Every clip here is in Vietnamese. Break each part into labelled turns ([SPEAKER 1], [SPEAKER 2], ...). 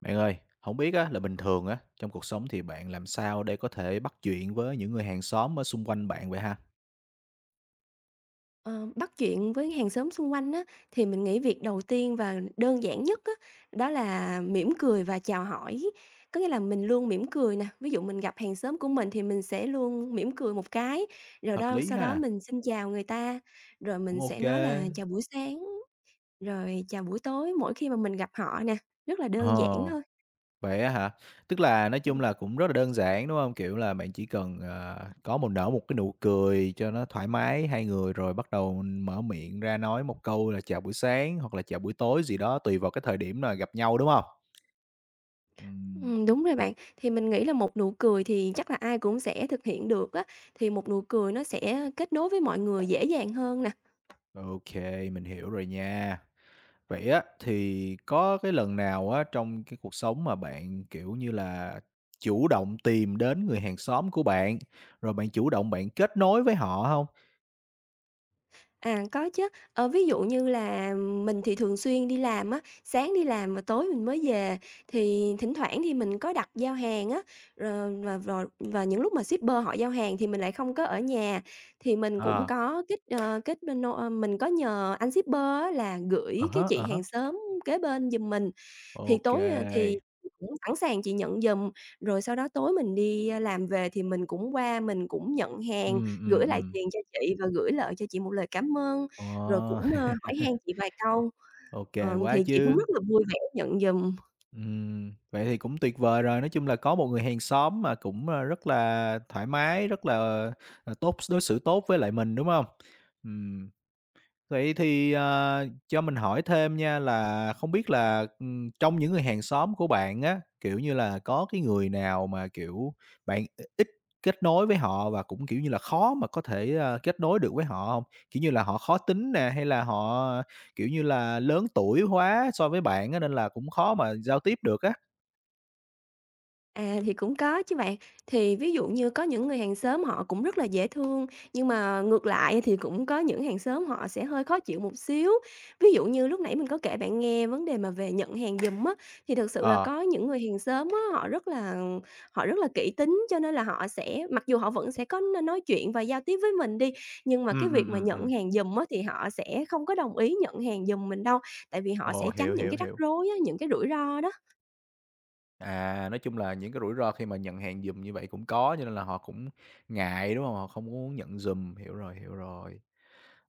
[SPEAKER 1] Bạn ơi, không biết á là bình thường á, trong cuộc sống thì bạn làm sao để có thể bắt chuyện với những người hàng xóm ở xung quanh bạn vậy ha?
[SPEAKER 2] Ờ, bắt chuyện với hàng xóm xung quanh á, thì mình nghĩ việc đầu tiên và đơn giản nhất á, đó là mỉm cười và chào hỏi. Có nghĩa là mình luôn mỉm cười nè, ví dụ mình gặp hàng xóm của mình thì mình sẽ luôn mỉm cười một cái, rồi
[SPEAKER 1] Hợp
[SPEAKER 2] đó
[SPEAKER 1] lý
[SPEAKER 2] sau đó
[SPEAKER 1] ha,
[SPEAKER 2] mình xin chào người ta, rồi
[SPEAKER 1] cũng
[SPEAKER 2] mình
[SPEAKER 1] ok
[SPEAKER 2] sẽ nói là
[SPEAKER 1] kê.
[SPEAKER 2] chào buổi sáng, rồi chào buổi tối mỗi khi mà mình gặp họ nè, rất là đơn giản
[SPEAKER 1] Ờ,
[SPEAKER 2] thôi.
[SPEAKER 1] vậy á hả? Tức là nói
[SPEAKER 2] Ừ.
[SPEAKER 1] chung là cũng rất là đơn giản, đúng không? Kiểu là, bạn chỉ cần, có một cái nụ cười cho nó thoải mái hai người, rồi bắt đầu mở miệng ra nói một câu là "Chào buổi sáng" hoặc là "Chào buổi tối" gì đó, tùy vào cái thời điểm là gặp nhau, đúng không? Ừm,
[SPEAKER 2] Ừ, đúng rồi
[SPEAKER 1] ô,
[SPEAKER 2] bạn, thì mình nghĩ là một nụ cười thì chắc là ai cũng sẽ thực hiện được á, thì một nụ cười nó sẽ kết nối với mọi người dễ dàng hơn nè.
[SPEAKER 1] ô, mình hiểu rồi nha. Vậy á, thì có cái lần nào á, trong cái cuộc sống mà bạn, kiểu như là, chủ động tìm đến người hàng xóm của bạn, rồi bạn chủ động bạn kết nối với họ hông?
[SPEAKER 2] À, có chứ. Ờ, ví dụ như là mình thì thường xuyên đi làm á, sáng đi làm và tối mình mới về, thì thỉnh thoảng thì mình có đặt giao hàng á, rồi và những lúc mà shipper họ giao hàng thì mình lại không có ở nhà, thì mình cũng
[SPEAKER 1] Ờ,
[SPEAKER 2] có kết, ờ, kết bên nô ơ, mình có nhờ anh shipper á là gửi cái chị
[SPEAKER 1] à
[SPEAKER 2] hàng
[SPEAKER 1] há,
[SPEAKER 2] xóm kế bên giùm mình. Thì
[SPEAKER 1] ô
[SPEAKER 2] tối,
[SPEAKER 1] kê.
[SPEAKER 2] thì cũng sẵn sàng chị nhận giùm, rồi sau đó tối mình đi, làm về thì mình cũng qua mình cũng nhận hàng,
[SPEAKER 1] Ừm,
[SPEAKER 2] gửi
[SPEAKER 1] ừm,
[SPEAKER 2] lại
[SPEAKER 1] ừm.
[SPEAKER 2] tiền cho chị và gửi lại cho chị một lời cảm ơn,
[SPEAKER 1] Ờ,
[SPEAKER 2] rồi cũng, hỏi han chị vài câu.
[SPEAKER 1] ô kê
[SPEAKER 2] Ờ,
[SPEAKER 1] quá
[SPEAKER 2] thì chị cũng
[SPEAKER 1] chứ.
[SPEAKER 2] rất là vui vẻ nhận giùm.
[SPEAKER 1] Vậy thì cũng tuyệt vời rồi, nói chung là có một người hàng xóm mà cũng, rất là thoải mái, rất là, đối xử tốt với lại mình, đúng hông? Ừm. Vậy thì, cho mình hỏi thêm nha là không biết là, trong những người hàng xóm của bạn á, kiểu như là, có cái người nào mà, kiểu, bạn ít kết nối với họ và cũng, kiểu như là, khó mà có thể, kết nối được với họ không? Kiểu như là, họ khó tính nè, hay là họ, kiểu như là, lớn tuổi quá so với bạn á, nên là cũng khó mà giao tiếp được á?
[SPEAKER 2] À, thì cũng có chứ bạn. Thì ví dụ như có những người hàng xóm họ cũng rất là dễ thương, nhưng mà ngược lại thì cũng có những hàng xóm họ sẽ hơi khó chịu một xíu. Ví dụ như lúc nãy mình có kể bạn nghe vấn đề mà về nhận hàng giùm á, thì thực sự là
[SPEAKER 1] Ờ,
[SPEAKER 2] có những người hàng xóm á, họ rất là kỹ tính, cho nên là họ sẽ mặc dù họ vẫn sẽ có n nói chuyện và giao tiếp với mình đi, nhưng mà
[SPEAKER 1] ừ
[SPEAKER 2] cái
[SPEAKER 1] ừ
[SPEAKER 2] việc mà
[SPEAKER 1] ừ
[SPEAKER 2] nhận
[SPEAKER 1] ừm.
[SPEAKER 2] hàng giùm á, thì họ sẽ không có đồng ý nhận hàng giùm mình đâu, tại vì họ
[SPEAKER 1] Ồ,
[SPEAKER 2] sẽ tránh
[SPEAKER 1] hiểu,
[SPEAKER 2] những
[SPEAKER 1] hiểu,
[SPEAKER 2] cái rắc
[SPEAKER 1] hiểu.
[SPEAKER 2] rối á, những cái rủi ro đó.
[SPEAKER 1] À, nói chung là những cái rủi ro khi mà nhận hàng giùm như vậy cũng có, cho nên là họ cũng ngại, đúng không? Họ không muốn nhận giùm, hiểu rồi, hiểu rồi.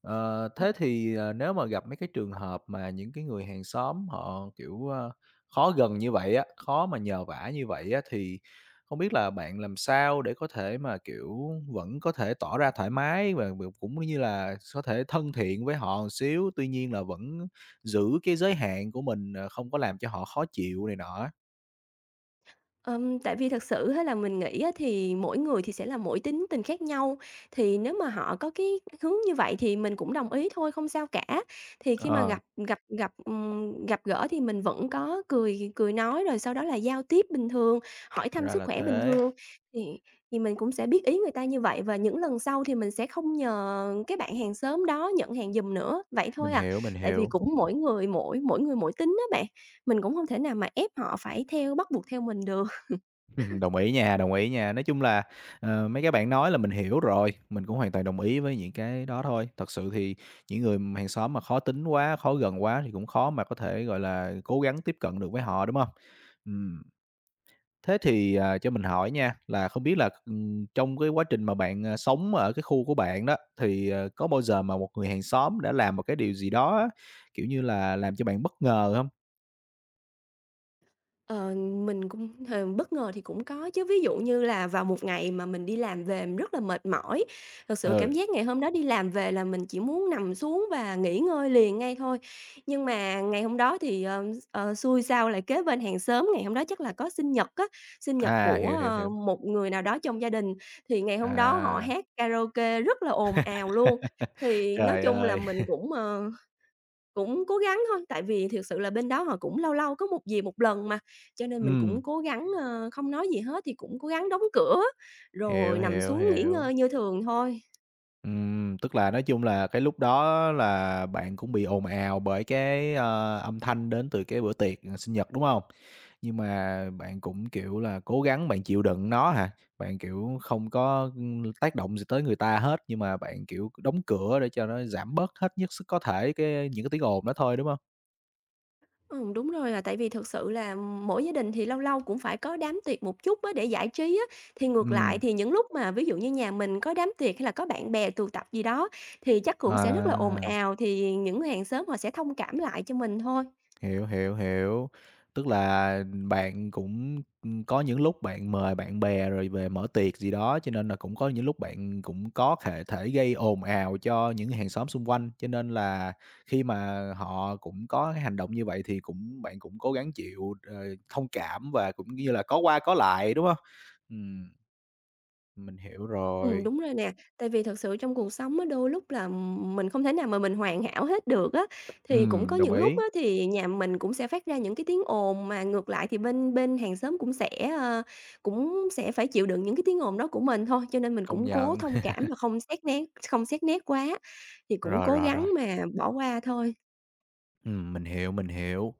[SPEAKER 1] Ờ,
[SPEAKER 2] Ừ.
[SPEAKER 1] thế thì, nếu mà gặp mấy cái trường hợp mà những cái người hàng xóm họ, kiểu, khó gần như vậy á, khó mà nhờ vả như vậy á, thì không biết là bạn làm sao để có thể mà, kiểu, vẫn có thể tỏ ra thoải mái và cũng như là có thể thân thiện với họ một xíu, tuy nhiên là vẫn giữ cái giới hạn của mình, không có làm cho họ khó chịu này nọ á?
[SPEAKER 2] Tại vì thật sự á là mình nghĩ á thì mỗi người thì sẽ là mỗi tính tình khác nhau, thì nếu mà họ có cái hướng như vậy thì mình cũng đồng ý thôi, không sao cả. Thì khi mà
[SPEAKER 1] Ờ.
[SPEAKER 2] gặp gỡ thì mình vẫn có cười cười nói, rồi sau đó là giao tiếp bình thường, hỏi thăm
[SPEAKER 1] Ra
[SPEAKER 2] sức
[SPEAKER 1] là
[SPEAKER 2] khỏe bình
[SPEAKER 1] thế,
[SPEAKER 2] thường, thì thì mình cũng sẽ biết ý người ta như vậy và những lần sau thì mình sẽ không nhờ cái bạn hàng xóm đó nhận hàng giùm nữa, vậy
[SPEAKER 1] mình
[SPEAKER 2] thôi à.
[SPEAKER 1] hiểu, mình
[SPEAKER 2] Tại vì
[SPEAKER 1] hiểu.
[SPEAKER 2] cũng mỗi người mỗi tính đó bạn, mình cũng không thể nào mà ép họ phải theo bắt buộc theo mình được.
[SPEAKER 1] Đồng ý nha, đồng ý nha. Nói chung là, mấy cái bạn nói là mình hiểu rồi, mình cũng hoàn toàn đồng ý với những cái đó thôi. Thật sự thì những người mà hàng xóm mà khó tính quá, khó gần quá thì cũng khó mà có thể, gọi là, cố gắng tiếp cận được với họ, đúng không? Ừm, thế thì, cho mình hỏi nha, là không biết là, trong cái quá trình mà bạn, sống ở cái khu của bạn đó, thì, có bao giờ mà một người hàng xóm đã làm một cái điều gì đó á, kiểu như là, làm cho bạn bất ngờ không?
[SPEAKER 2] Ờ, mình cũng h bất ngờ thì cũng có chứ, ví dụ như là vào một ngày mà mình đi làm về mình rất là mệt mỏi, thực sự cảm
[SPEAKER 1] Ừ,
[SPEAKER 2] giác ngày hôm đó đi làm về là mình chỉ muốn nằm xuống và nghỉ ngơi liền ngay thôi. Nhưng mà ngày hôm đó thì, xui sao lại kế bên hàng xóm, ngày hôm đó chắc là có sinh nhật á, sinh nhật
[SPEAKER 1] à, hiểu,
[SPEAKER 2] của,
[SPEAKER 1] hiểu, hiểu.
[SPEAKER 2] một người nào đó trong gia đình, thì ngày hôm đó họ
[SPEAKER 1] À.
[SPEAKER 2] hát karaoke rất là ồn ào luôn. Thì nói
[SPEAKER 1] Trời
[SPEAKER 2] chung là
[SPEAKER 1] ơi!
[SPEAKER 2] mình cũng, cũng cố gắng thôi, tại vì thực sự là bên đó họ cũng lâu lâu có một dịp một lần mà, cho nên mình
[SPEAKER 1] Ừm,
[SPEAKER 2] cũng cố gắng, không nói gì hết thì cũng cố gắng đóng cửa, rồi
[SPEAKER 1] hiểu,
[SPEAKER 2] nằm
[SPEAKER 1] hiểu,
[SPEAKER 2] xuống nghỉ
[SPEAKER 1] hiểu.
[SPEAKER 2] ngơi như thường thôi.
[SPEAKER 1] Tức là nói chung là cái lúc đó là bạn cũng bị ồn ào bởi cái, âm thanh đến từ cái bữa tiệc, sinh nhật, đúng không? Nhưng mà bạn cũng, kiểu là, cố gắng bạn chịu đựng nó hả? Bạn, kiểu, không có, tác động gì tới người ta hết, nhưng mà bạn, kiểu, đóng cửa để cho nó giảm bớt hết nhất sức có thể cái những cái tiếng ồn đó thôi, đúng không?
[SPEAKER 2] Đúng rồi là tại vì thực sự là mỗi gia đình thì lâu lâu cũng phải có đám tiệc một chút á để giải trí á, thì ngược lại
[SPEAKER 1] Ừm,
[SPEAKER 2] thì những lúc mà ví dụ như nhà mình có đám tiệc hay là có bạn bè tụ tập gì đó thì chắc cũng sẽ rất là ồn
[SPEAKER 1] à.
[SPEAKER 2] ào, thì những người hàng xóm họ sẽ thông cảm lại cho mình thôi.
[SPEAKER 1] Hiểu, hiểu, hiểu. Tức là bạn cũng, có những lúc bạn mời bạn bè rồi về mở tiệc gì đó, cho nên là cũng có những lúc bạn cũng có thể thể gây ồn ào cho những hàng xóm xung quanh, cho nên là khi mà họ cũng có cái hành động như vậy thì cũng bạn cũng cố gắng chịu, thông cảm và cũng như là có qua có lại, đúng không? Ừm, mình hiểu rồi.
[SPEAKER 2] Đúng rồi nè. Tại vì thật sự trong cuộc sống á, đôi lúc là, mình không thể nào mà mình hoàn hảo hết được á. Thì cũng có
[SPEAKER 1] Đồng
[SPEAKER 2] những lúc
[SPEAKER 1] ý,
[SPEAKER 2] á, thì nhà mình cũng sẽ phát ra những cái tiếng ồn mà ngược lại thì bên bên hàng xóm cũng sẽ, ờ, cũng sẽ phải chịu đựng những cái tiếng ồn đó của mình thôi. Cho nên mình
[SPEAKER 1] công
[SPEAKER 2] cũng cố
[SPEAKER 1] nhận.
[SPEAKER 2] thông cảm và không xét nét quá, thì cũng
[SPEAKER 1] Rồi,
[SPEAKER 2] cố
[SPEAKER 1] rồi,
[SPEAKER 2] gắng
[SPEAKER 1] rồi.
[SPEAKER 2] mà bỏ qua thôi.
[SPEAKER 1] Mình hiểu, mình hiểu.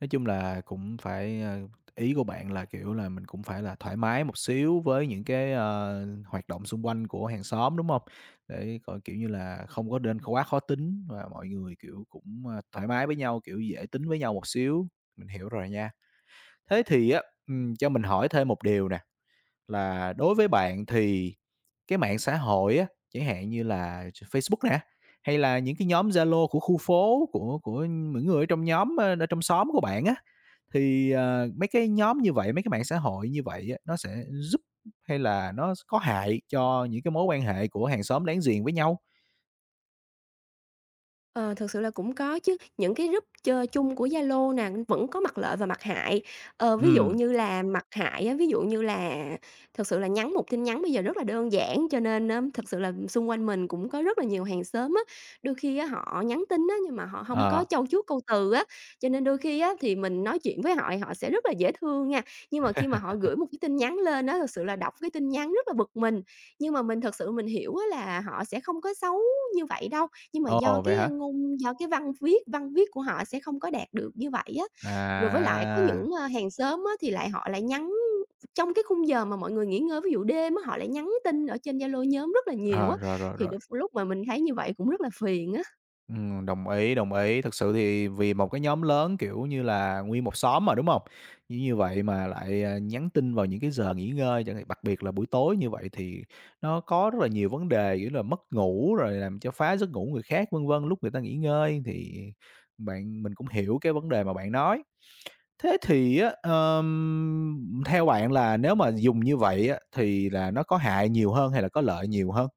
[SPEAKER 1] Nói chung là cũng phải, ý của bạn là, kiểu là, mình cũng phải là thoải mái một xíu với những cái, hoạt động xung quanh của hàng xóm, đúng không? Để coi, kiểu như là, không có nên quá khó tính và mọi người, kiểu, cũng, thoải mái với nhau, kiểu, dễ tính với nhau một xíu. Mình hiểu rồi nha. Thế thì á, cho mình hỏi thêm một điều nè, là đối với bạn thì cái mạng xã hội á, chẳng hạn như là Facebook nè, hay là những cái nhóm Zalo của khu phố, của những người ở trong nhóm, ở trong xóm của bạn á, thì, mấy cái nhóm như vậy, mấy cái mạng xã hội như vậy á, nó sẽ giúp hay là nó có hại cho những cái mối quan hệ của hàng xóm láng giềng với nhau?
[SPEAKER 2] Ờ, thực sự là cũng có chứ, những cái group chơi chung của Zalo nè, vẫn có mặt lợi và mặt hại. Ờ, ví dụ
[SPEAKER 1] Ừm,
[SPEAKER 2] như là mặt hại á, ví dụ như là thực sự là nhắn một tin nhắn bây giờ rất là đơn giản, cho nên á, thực sự là xung quanh mình cũng có rất là nhiều hàng xóm á, đôi khi á, họ nhắn tin á, nhưng mà họ không có
[SPEAKER 1] ờ,
[SPEAKER 2] châu chuốt câu từ á, cho nên đôi khi á, thì mình nói chuyện với họ thì họ sẽ rất là dễ thương nha. Nhưng mà khi mà họ gửi một cái tin nhắn lên á, thực sự là đọc cái tin nhắn rất là bực mình, nhưng mà mình thật sự mình hiểu á, là họ sẽ không có xấu như vậy đâu, nhưng mà do
[SPEAKER 1] ồ, vậy
[SPEAKER 2] cái, ơ,
[SPEAKER 1] hả?
[SPEAKER 2] ngôn do cái văn viết của họ sẽ không có đạt được như vậy á. Rồi với lại có
[SPEAKER 1] À,
[SPEAKER 2] những, hàng xóm á thì lại họ nhắn trong cái khung giờ mà mọi người nghỉ ngơi, ví dụ đêm á, họ lại nhắn tin ở trên Zalo nhóm rất là nhiều
[SPEAKER 1] ờ,
[SPEAKER 2] á,
[SPEAKER 1] rồi, rồi,
[SPEAKER 2] thì
[SPEAKER 1] rồi.
[SPEAKER 2] đôi lúc mà mình thấy như vậy cũng rất là phiền á.
[SPEAKER 1] Đồng ý, đồng ý. Thực sự thì vì một cái nhóm lớn, kiểu như là, nguyên một xóm mà, đúng không? Như như vậy mà lại, nhắn tin vào những cái giờ nghỉ ngơi chẳng hạn, đặc biệt là buổi tối như vậy thì nó có rất là nhiều vấn đề, kiểu là, mất ngủ rồi làm cho phá giấc ngủ người khác, vân vân, lúc người ta nghỉ ngơi thì bạn mình cũng hiểu cái vấn đề mà bạn nói. Thế thì á, theo bạn là nếu mà dùng như vậy á thì là nó có hại nhiều hơn hay là có lợi nhiều hơn?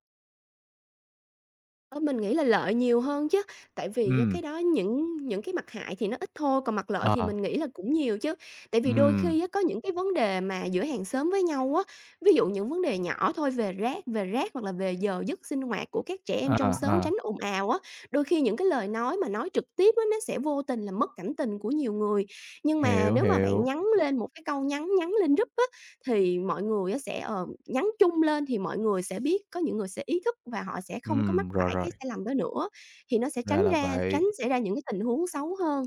[SPEAKER 2] Ơ, mình nghĩ là lợi nhiều hơn chứ, tại vì á
[SPEAKER 1] Ừm.
[SPEAKER 2] cái đó những cái mặt hại thì nó ít thôi, còn mặt lợi thì
[SPEAKER 1] Ờ.
[SPEAKER 2] mình nghĩ là cũng nhiều chứ. Tại vì đôi
[SPEAKER 1] Ừm,
[SPEAKER 2] khi á có những cái vấn đề mà giữa hàng xóm với nhau á, ví dụ những vấn đề nhỏ thôi về rác hoặc là về giờ giấc sinh hoạt của các trẻ em
[SPEAKER 1] à,
[SPEAKER 2] trong xóm tránh
[SPEAKER 1] à.
[SPEAKER 2] ồn ào á, đôi khi những cái lời nói mà nói trực tiếp á, nó sẽ vô tình làm mất cảm tình của nhiều người. Nhưng mà
[SPEAKER 1] Hiểu,
[SPEAKER 2] nếu mà bạn
[SPEAKER 1] hiểu.
[SPEAKER 2] nhắn lên một cái câu nhắn nhắn lên group á, thì mọi người á sẽ, nhắn chung lên thì mọi người sẽ biết, có những người sẽ ý thức và họ sẽ không có mắc
[SPEAKER 1] Rồi,
[SPEAKER 2] phải
[SPEAKER 1] rồi,
[SPEAKER 2] cái sai lầm đó nữa, thì nó sẽ
[SPEAKER 1] ra là vậy.
[SPEAKER 2] tránh xảy ra những cái tình huống xấu hơn.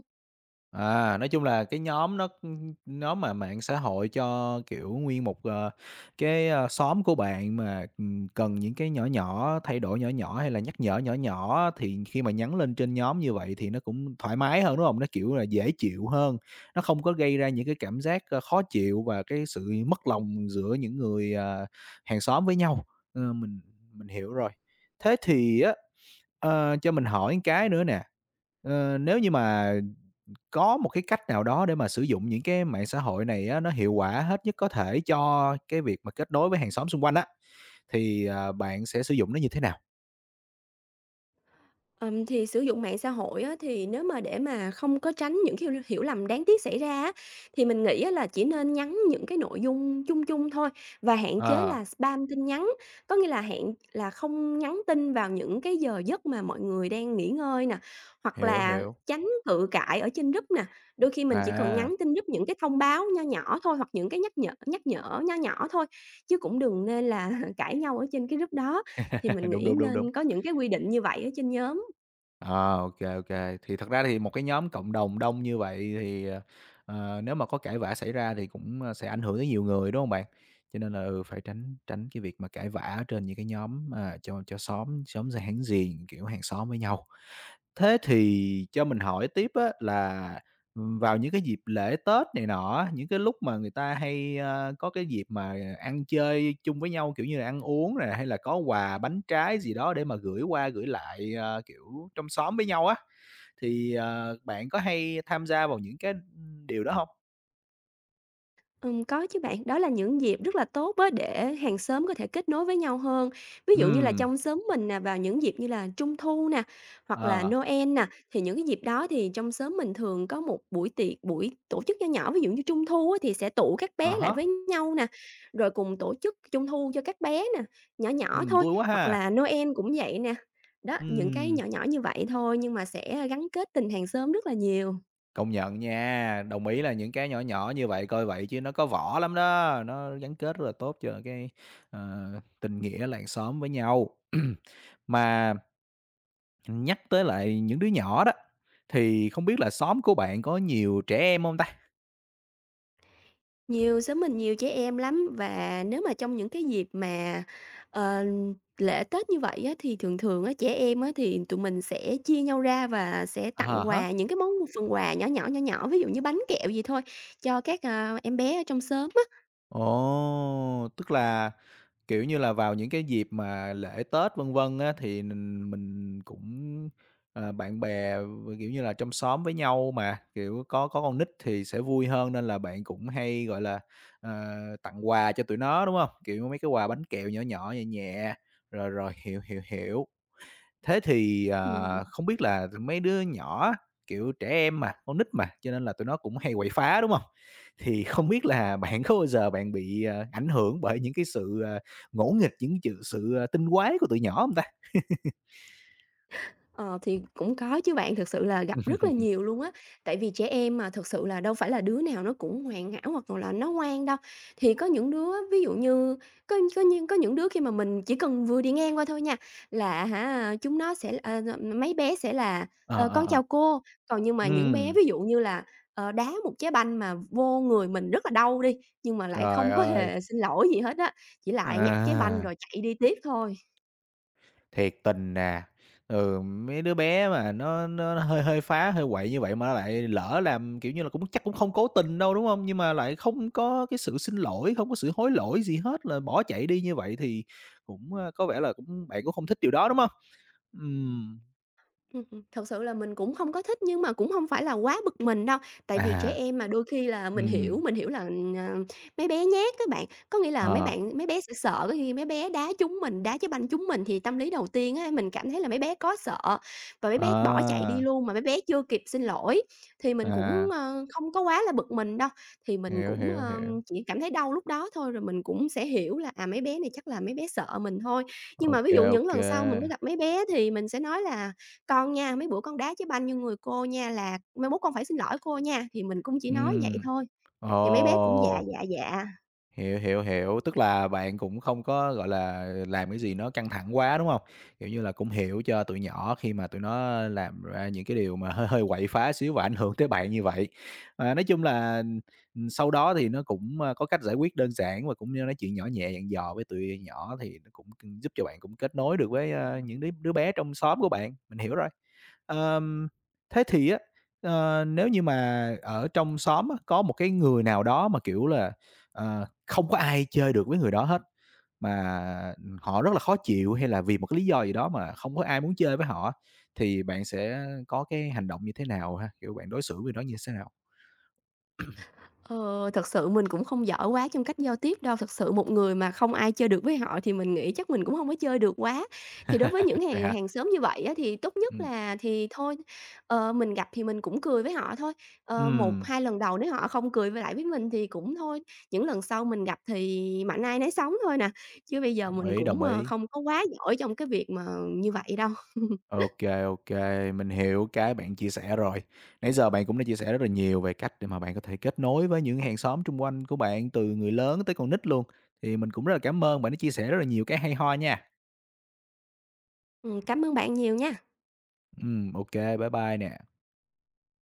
[SPEAKER 1] À, nói chung là cái nhóm nhóm mà mạng xã hội cho, kiểu, nguyên một, cái, xóm của bạn mà, cần những cái nhỏ nhỏ, thay đổi nhỏ nhỏ hay là nhắc nhở nhỏ nhỏ thì khi mà nhắn lên trên nhóm như vậy thì nó cũng thoải mái hơn, đúng không? Nó, kiểu là, dễ chịu hơn, nó không có gây ra những cái cảm giác, khó chịu và cái sự mất lòng giữa những người, hàng xóm với nhau. Ờ, mình hiểu rồi. Thế thì á. Cho mình hỏi cái nữa nè, nếu như mà có một cái cách nào đó để mà sử dụng những cái mạng xã hội này á, nó hiệu quả hết nhất có thể cho cái việc mà kết nối với hàng xóm xung quanh á, thì, bạn sẽ sử dụng nó như thế nào?
[SPEAKER 2] Thì sử dụng mạng xã hội á, thì nếu mà để mà không có tránh những cái hiểu lầm đáng tiếc xảy ra á, thì mình nghĩ á là chỉ nên nhắn những cái nội dung chung chung thôi và hạn chế
[SPEAKER 1] Ờ.
[SPEAKER 2] là spam tin nhắn. Có nghĩa là hạn là không nhắn tin vào những cái giờ giấc mà mọi người đang nghỉ ngơi nè, hoặc
[SPEAKER 1] Hiểu,
[SPEAKER 2] là
[SPEAKER 1] hiểu.
[SPEAKER 2] tránh cự cãi ở trên group nè. Đôi khi mình chỉ cần
[SPEAKER 1] À,
[SPEAKER 2] nhắn tin group những cái thông báo nho nhỏ thôi hoặc những cái nhắc nhở nho nhỏ thôi, chứ cũng đừng nên là cãi nhau ở trên cái group đó. Thì mình
[SPEAKER 1] đúng,
[SPEAKER 2] nghĩ
[SPEAKER 1] đúng, đúng, đúng.
[SPEAKER 2] nên có những cái quy định như vậy ở trên nhóm.
[SPEAKER 1] Ờ, ok kê. Thì thật ra thì một cái nhóm cộng đồng đông như vậy thì, nếu mà có cãi vã xảy ra thì cũng, sẽ ảnh hưởng tới nhiều người, đúng không bạn? Cho nên là, phải tránh tránh cái việc mà cãi vã trên những cái nhóm, cho xóm xóm ra láng giềng, kiểu, hàng xóm với nhau. Thế thì cho mình hỏi tiếp á là, vào những cái dịp lễ Tết này nọ những cái lúc mà người ta hay, có cái dịp mà ăn chơi chung với nhau, kiểu như là, ăn uống này hay là có quà bánh trái gì đó để mà gửi qua gửi lại, kiểu, trong xóm với nhau á, thì, bạn có hay tham gia vào những cái điều đó không?
[SPEAKER 2] Có chứ bạn, đó là những dịp rất là tốt á để hàng xóm có thể kết nối với nhau hơn. Ví dụ như là
[SPEAKER 1] Ừm,
[SPEAKER 2] trong xóm mình nè, vào những dịp như là Trung thu nè, hoặc là
[SPEAKER 1] ờ,
[SPEAKER 2] Noel nè, thì những cái dịp đó thì trong xóm mình thường có một buổi tiệc, buổi tổ chức nho nhỏ, ví dụ như Trung thu á thì sẽ tụ các
[SPEAKER 1] à
[SPEAKER 2] bé lại với
[SPEAKER 1] há,
[SPEAKER 2] nhau nè, rồi cùng tổ chức Trung thu cho các bé nè, nhỏ nhỏ thôi,
[SPEAKER 1] vui quá
[SPEAKER 2] hoặc
[SPEAKER 1] ha!
[SPEAKER 2] là Noel cũng vậy nè. Đó, những cái
[SPEAKER 1] Ừm.
[SPEAKER 2] nhỏ nhỏ như vậy thôi nhưng mà sẽ gắn kết tình hàng xóm rất là nhiều.
[SPEAKER 1] Công nhận nha, đồng ý là những cái nhỏ nhỏ như vậy, coi vậy chứ nó có vỏ lắm đó, nó gắn kết rất là tốt cho cái, ờ, tình nghĩa làng xóm với nhau. Mà nhắc tới lại những đứa nhỏ đó, thì không biết là xóm của bạn có nhiều trẻ em không ta?
[SPEAKER 2] Nhiều, xóm mình nhiều trẻ em lắm và nếu mà trong những cái dịp mà, ờ, lễ Tết như vậy á, thì thường thường á, trẻ em á, thì tụi mình sẽ chia nhau ra và sẽ
[SPEAKER 1] À
[SPEAKER 2] tặng
[SPEAKER 1] hả.
[SPEAKER 2] quà những cái món phần quà nhỏ nhỏ, nhỏ nhỏ, ví dụ như bánh kẹo gì thôi cho các, em bé ở trong xóm á.
[SPEAKER 1] Ồ, tức là, kiểu như là, vào những cái dịp mà lễ Tết vân vân á, thì mình cũng, bạn bè, kiểu như là, trong xóm với nhau mà, kiểu, có con nít thì sẽ vui hơn nên là bạn cũng hay, gọi là, ờ, tặng quà cho tụi nó, đúng không? Kiểu, mấy cái quà bánh kẹo nhỏ nhỏ, nhẹ nhẹ, rồi rồi, hiểu, hiểu, hiểu. Thế thì,
[SPEAKER 2] Ừm.
[SPEAKER 1] không biết là mấy đứa nhỏ kiểu, trẻ em mà, con nít mà, cho nên là tụi nó cũng hay quậy phá, đúng không? Thì không biết là bạn có bao giờ bạn bị, ảnh hưởng bởi những cái sự, ngỗ nghịch, những chừ sự, tinh quái của tụi nhỏ không ta?
[SPEAKER 2] Ờ, thì cũng có chứ bạn, thực sự là gặp rất là nhiều luôn á. Tại vì trẻ em mà thực sự là đâu phải là đứa nào nó cũng hoàn hảo hoặc là nó ngoan đâu. Thì có những đứa ví dụ như có những đứa khi mà mình chỉ cần vừa đi ngang qua thôi nha, là hả, chúng nó sẽ, mấy bé sẽ là
[SPEAKER 1] Ờ,
[SPEAKER 2] "Ờ,
[SPEAKER 1] ờ,
[SPEAKER 2] con
[SPEAKER 1] ờ.
[SPEAKER 2] chào cô." Còn nhưng mà những bé
[SPEAKER 1] Ừm,
[SPEAKER 2] ví dụ như là, đá một trái banh mà vô người mình rất là đau đi, nhưng mà lại
[SPEAKER 1] trời
[SPEAKER 2] không có
[SPEAKER 1] ơi!
[SPEAKER 2] hề xin lỗi gì hết á, chỉ lại nhặt trái banh
[SPEAKER 1] À.
[SPEAKER 2] rồi chạy đi tiếp thôi.
[SPEAKER 1] Thiệt tình nè, mấy đứa bé mà nó hơi hơi phá, hơi quậy như vậy mà nó lại lỡ làm, kiểu như là, cũng chắc cũng không cố tình đâu, đúng không? Nhưng mà lại không có cái sự xin lỗi, không có sự hối lỗi gì hết là bỏ chạy đi như vậy thì cũng, có vẻ là cũng bạn cũng không thích điều đó, đúng không? Ừm,
[SPEAKER 2] Thật sự là mình cũng không có thích nhưng mà cũng hông phải là quá bực mình đâu, tại vì trẻ
[SPEAKER 1] à,
[SPEAKER 2] em mà đôi khi là
[SPEAKER 1] ừm,
[SPEAKER 2] mình hiểu là, ờ, mấy bé nhát á bạn, có nghĩa là
[SPEAKER 1] ờ,
[SPEAKER 2] mấy bé sẽ sợ khi mấy bé đá trúng mình, đá cái banh trúng mình thì tâm lý đầu tiên á, mình cảm thấy là mấy bé có sợ và mấy bé bỏ chạy
[SPEAKER 1] à,
[SPEAKER 2] đi luôn mà mấy bé chưa kịp xin lỗi. Thì mình cũng,
[SPEAKER 1] à,
[SPEAKER 2] không có quá là bực mình đâu, thì mình
[SPEAKER 1] hiểu,
[SPEAKER 2] cũng,
[SPEAKER 1] hiểu, hiểu.
[SPEAKER 2] chỉ cảm thấy đau lúc đó thôi rồi mình cũng sẽ hiểu là, à, mấy bé này chắc là mấy bé sợ mình thôi. Nhưng mà
[SPEAKER 1] OK,
[SPEAKER 2] ví dụ
[SPEAKER 1] OK, ô
[SPEAKER 2] những lần
[SPEAKER 1] kê,
[SPEAKER 2] sau mình có gặp mấy bé thì mình sẽ nói là con nha, mấy bữa con đá trái banh vô người cô nha là "Mai mốt con phải xin lỗi cô nha." Thì mình cũng chỉ nói vậy
[SPEAKER 1] ừm,
[SPEAKER 2] thôi, thì mấy bé cũng dạ,
[SPEAKER 1] ồ.
[SPEAKER 2] dạ, dạ.
[SPEAKER 1] Hiểu, hiểu, hiểu, tức là bạn cũng không có, gọi là, làm cái gì nó căng thẳng quá, đúng không? Kiểu như là, cũng hiểu cho tụi nhỏ khi mà tụi nó làm ra những cái điều mà hơi hơi quậy phá xíu và ảnh hưởng tới bạn như vậy. Ờ, nói chung là, sau đó thì nó cũng, có cách giải quyết đơn giản và cũng như nói chuyện nhỏ nhẹ dặn dò với tụi nhỏ thì nó cũng giúp cho bạn cũng kết nối được với, những đứa đứa bé trong xóm của bạn, mình hiểu rồi. Ờm, thế thì á, nếu như mà ở trong xóm á, có một cái người nào đó mà, kiểu là, không có ai chơi được với người đó hết, mà họ rất là khó chịu hay là vì một cái lý do gì đó mà không có ai muốn chơi với họ á, thì bạn sẽ có cái hành động như thế nào ha? Kiểu, bạn đối xử với nó như thế nào?
[SPEAKER 2] Ờ, thật sự mình cũng không giỏi quá trong cách giao tiếp đâu, thật sự một người mà không ai chơi được với họ thì mình nghĩ chắc mình cũng không có chơi được quá. Thì đối với những
[SPEAKER 1] Vậy
[SPEAKER 2] hàng
[SPEAKER 1] hả?
[SPEAKER 2] hàng xóm như vậy á, thì tốt nhất
[SPEAKER 1] Ừm.
[SPEAKER 2] là thì thôi, mình gặp thì mình cũng cười với họ thôi, 1,
[SPEAKER 1] Ừm,
[SPEAKER 2] 2 lần đầu nếu họ không cười với lại với mình thì cũng thôi, những lần sau mình gặp thì mạnh ai nấy sống thôi nè, chứ bây giờ
[SPEAKER 1] đồng
[SPEAKER 2] mình
[SPEAKER 1] ý,
[SPEAKER 2] cũng,
[SPEAKER 1] đồng ý.
[SPEAKER 2] không có quá giỏi trong cái việc mà như vậy đâu.
[SPEAKER 1] OK, OK, mình hiểu cái bạn chia sẻ rồi. Nãy giờ bạn cũng đã chia sẻ rất là nhiều về cách để mà bạn có thể kết nối với những hàng xóm xung quanh của bạn, từ người lớn tới con nít luôn, thì mình cũng rất là cảm ơn bạn đã chia sẻ rất là nhiều cái hay ho nha.
[SPEAKER 2] Cảm ơn bạn nhiều nha.
[SPEAKER 1] Ô bye bye nè.